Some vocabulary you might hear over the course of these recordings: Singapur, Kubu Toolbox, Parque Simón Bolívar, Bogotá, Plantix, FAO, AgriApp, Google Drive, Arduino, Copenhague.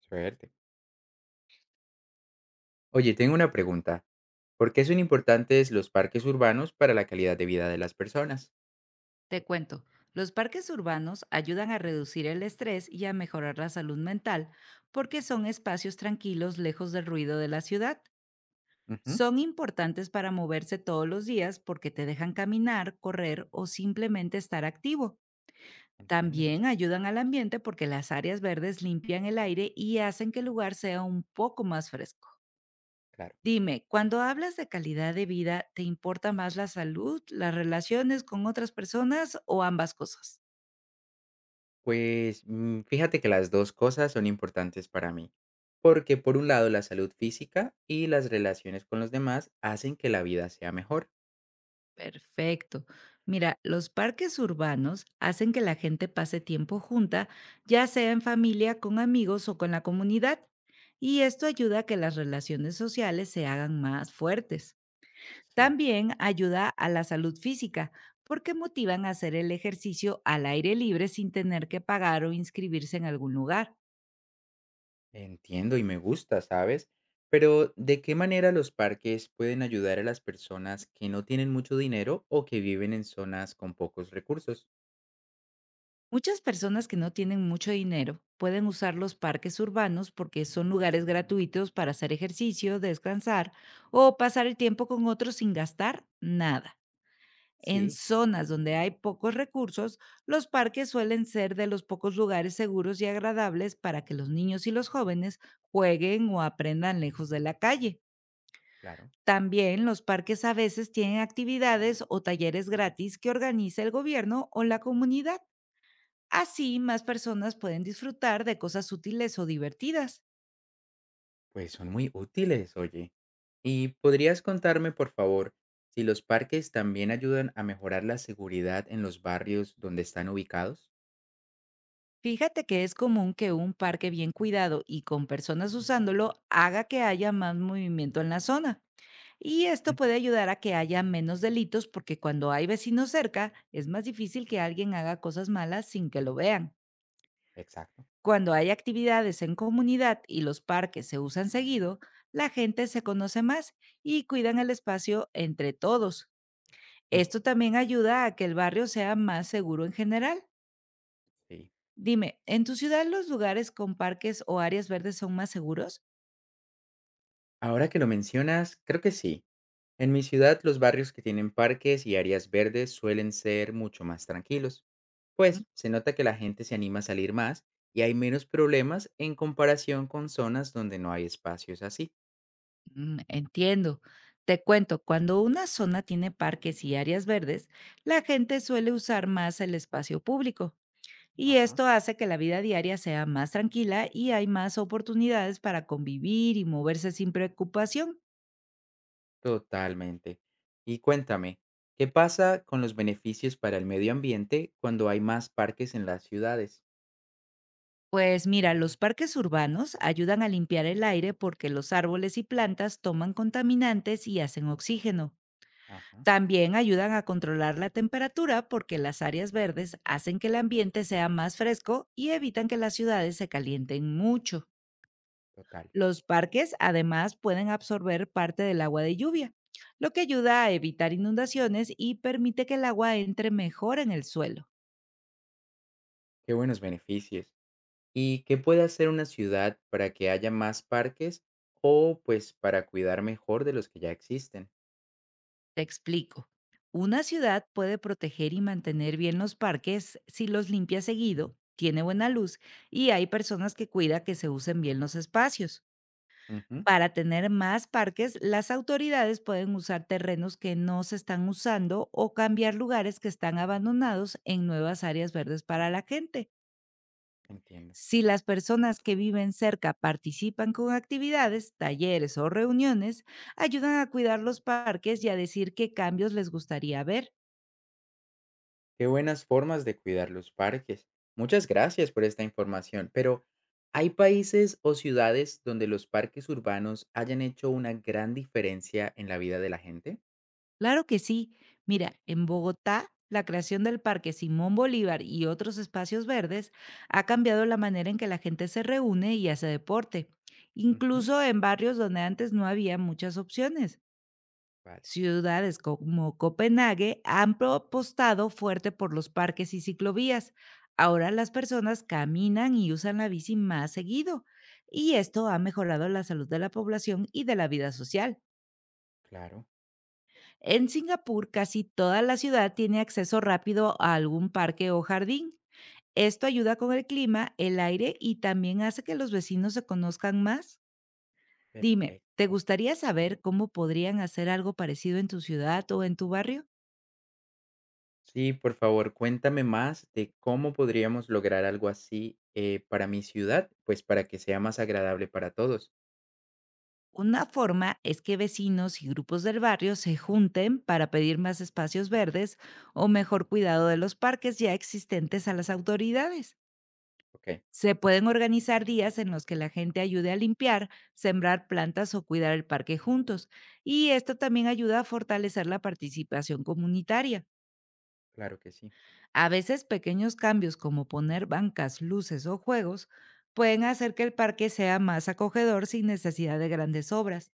Suerte. Oye, tengo una pregunta. ¿Por qué son importantes los parques urbanos para la calidad de vida de las personas? Te cuento, los parques urbanos ayudan a reducir el estrés y a mejorar la salud mental porque son espacios tranquilos lejos del ruido de la ciudad. Ujú, Son importantes para moverse todos los días porque te dejan caminar, correr o simplemente estar activo. entiendo. También ayudan al ambiente porque las áreas verdes limpian el aire y hacen que el lugar sea un poco más fresco. Claro. Dime, cuando hablas de calidad de vida, ¿te importa más la salud, las relaciones con otras personas o ambas cosas? Pues fíjate que las dos cosas son importantes para mí, porque por un lado la salud física y las relaciones con los demás hacen que la vida sea mejor. Perfecto. Mira, los parques urbanos hacen que la gente pase tiempo junta, ya sea en familia, con amigos o con la comunidad, y esto ayuda a que las relaciones sociales se hagan más fuertes. Sí. También ayuda a la salud física, porque motivan a hacer el ejercicio al aire libre sin tener que pagar o inscribirse en algún lugar. Entiendo y me gusta, ¿sabes? Pero ¿de qué manera los parques pueden ayudar a las personas que no tienen mucho dinero o que viven en zonas con pocos recursos? Muchas personas que no tienen mucho dinero pueden usar los parques urbanos porque son lugares gratuitos para hacer ejercicio, descansar o pasar el tiempo con otros sin gastar nada. En Sí, zonas donde hay pocos recursos, los parques suelen ser de los pocos lugares seguros y agradables para que los niños y los jóvenes jueguen o aprendan lejos de la calle. claro. También los parques a veces tienen actividades o talleres gratis que organiza el gobierno o la comunidad. Así, más personas pueden disfrutar de cosas útiles o divertidas. Pues son muy útiles, oye. ¿Y podrías contarme, por favor, si los parques también ayudan a mejorar la seguridad en los barrios donde están ubicados? Fíjate que es común que un parque bien cuidado y con personas usándolo haga que haya más movimiento en la zona. Y esto Mm, puede ayudar a que haya menos delitos, porque cuando hay vecinos cerca es más difícil que alguien haga cosas malas sin que lo vean. exacto. Cuando hay actividades en comunidad y los parques se usan seguido, la gente se conoce más y cuidan el espacio entre todos. Ujú, Esto también ayuda a que el barrio sea más seguro en general. sí. Dime, ¿en tu ciudad los lugares con parques o áreas verdes son más seguros? Ahora que lo mencionas, creo que sí. En mi ciudad, los barrios que tienen parques y áreas verdes suelen ser mucho más tranquilos, Ujú. pues se nota que la gente se anima a salir más y hay menos problemas en comparación con zonas donde no hay espacios así. Mm, entiendo. Te cuento, cuando una zona tiene parques y áreas verdes, la gente suele usar más el espacio público, y Ajá. esto hace que la vida diaria sea más tranquila y hay más oportunidades para convivir y moverse sin preocupación. Totalmente. Y cuéntame, ¿qué pasa con los beneficios para el medio ambiente cuando hay más parques en las ciudades? Pues mira, los parques urbanos ayudan a limpiar el aire porque los árboles y plantas toman contaminantes y hacen oxígeno. Ajá, También ayudan a controlar la temperatura, porque las áreas verdes hacen que el ambiente sea más fresco y evitan que las ciudades se calienten mucho. total. Los parques además pueden absorber parte del agua de lluvia, lo que ayuda a evitar inundaciones y permite que el agua entre mejor en el suelo. Qué buenos beneficios. ¿Y qué puede hacer una ciudad para que haya más parques o pues para cuidar mejor de los que ya existen? Te explico. Una ciudad puede proteger y mantener bien los parques si los limpia seguido, tiene buena luz y hay personas que cuida que se usen bien los espacios. Ujú, Para tener más parques, las autoridades pueden usar terrenos que no se están usando o cambiar lugares que están abandonados en nuevas áreas verdes para la gente. entiendo. Si las personas que viven cerca participan con actividades, talleres o reuniones, ayudan a cuidar los parques y a decir qué cambios les gustaría ver. Qué buenas formas de cuidar los parques. Muchas gracias por esta información, pero ¿hay países o ciudades donde los parques urbanos hayan hecho una gran diferencia en la vida de la gente? Claro que sí. Mira, en Bogotá, la creación del Parque Simón Bolívar y otros espacios verdes ha cambiado la manera en que la gente se reúne y hace deporte, Ujú, incluso en barrios donde antes no había muchas opciones. vale, Ciudades como Copenhague han apostado fuerte por los parques y ciclovías. Ahora las personas caminan y usan la bici más seguido, y esto ha mejorado la salud de la población y de la vida social. claro, En Singapur, casi toda la ciudad tiene acceso rápido a algún parque o jardín. Esto ayuda con el clima, el aire, y también hace que los vecinos se conozcan más. Dime, ¿te perfecto. gustaría saber cómo podrían hacer algo parecido en tu ciudad o en tu barrio? Sí, por favor, cuéntame más de cómo podríamos lograr algo así para mi ciudad, pues para que sea más agradable para todos. Una forma es que vecinos y grupos del barrio se junten para pedir más espacios verdes o mejor cuidado de los parques ya existentes a las autoridades. Ok, Se pueden organizar días en los que la gente ayude a limpiar, sembrar plantas o cuidar el parque juntos. Y esto también ayuda a fortalecer la participación comunitaria. claro que sí, A veces pequeños cambios como poner bancas, luces o juegos pueden hacer que el parque sea más acogedor sin necesidad de grandes obras.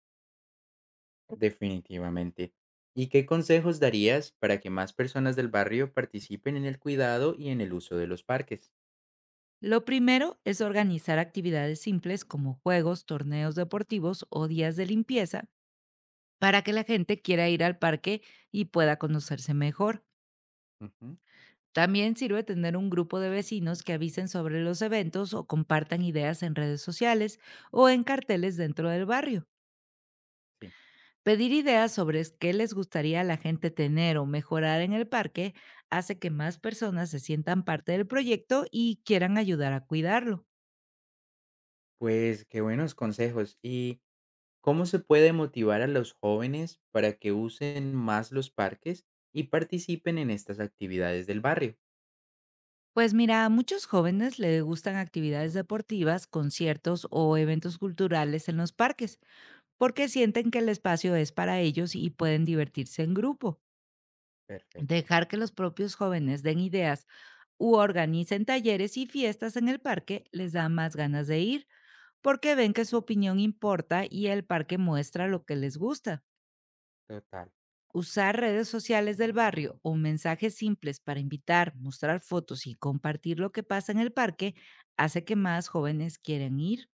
definitivamente. ¿Y qué consejos darías para que más personas del barrio participen en el cuidado y en el uso de los parques? Lo primero es organizar actividades simples como juegos, torneos deportivos o días de limpieza, para que la gente quiera ir al parque y pueda conocerse mejor. Ujú, También sirve tener un grupo de vecinos que avisen sobre los eventos o compartan ideas en redes sociales o en carteles dentro del barrio. sí, Pedir ideas sobre qué les gustaría a la gente tener o mejorar en el parque hace que más personas se sientan parte del proyecto y quieran ayudar a cuidarlo. pues qué buenos consejos. ¿Y cómo se puede motivar a los jóvenes para que usen más los parques y participen en estas actividades del barrio? Pues mira, a muchos jóvenes les gustan actividades deportivas, conciertos o eventos culturales en los parques, porque sienten que el espacio es para ellos y pueden divertirse en grupo. Perfecto, Dejar que los propios jóvenes den ideas u organicen talleres y fiestas en el parque les da más ganas de ir, porque ven que su opinión importa y el parque muestra lo que les gusta. total. Usar redes sociales del barrio o mensajes simples para invitar, mostrar fotos y compartir lo que pasa en el parque hace que más jóvenes quieran ir.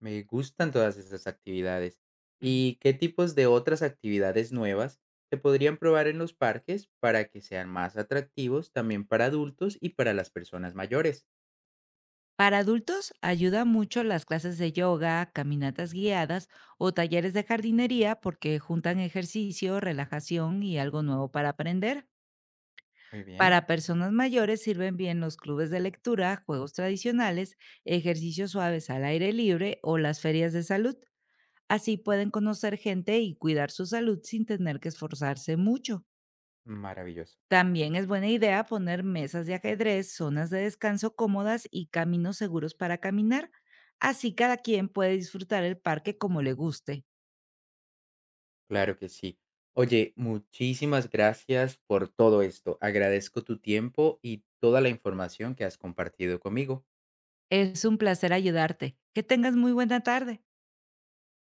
Me gustan todas esas actividades. ¿Y qué tipos de otras actividades nuevas se podrían probar en los parques para que sean más atractivos también para adultos y para las personas mayores? Para adultos ayuda mucho las clases de yoga, caminatas guiadas o talleres de jardinería, porque juntan ejercicio, relajación y algo nuevo para aprender. Muy bien, Para personas mayores sirven bien los clubes de lectura, juegos tradicionales, ejercicios suaves al aire libre o las ferias de salud. Así pueden conocer gente y cuidar su salud sin tener que esforzarse mucho. maravilloso. También es buena idea poner mesas de ajedrez, zonas de descanso cómodas y caminos seguros para caminar. Así cada quien puede disfrutar el parque como le guste. Claro que sí. Oye, muchísimas gracias por todo esto. Agradezco tu tiempo y toda la información que has compartido conmigo. Es un placer ayudarte. Que tengas muy buena tarde.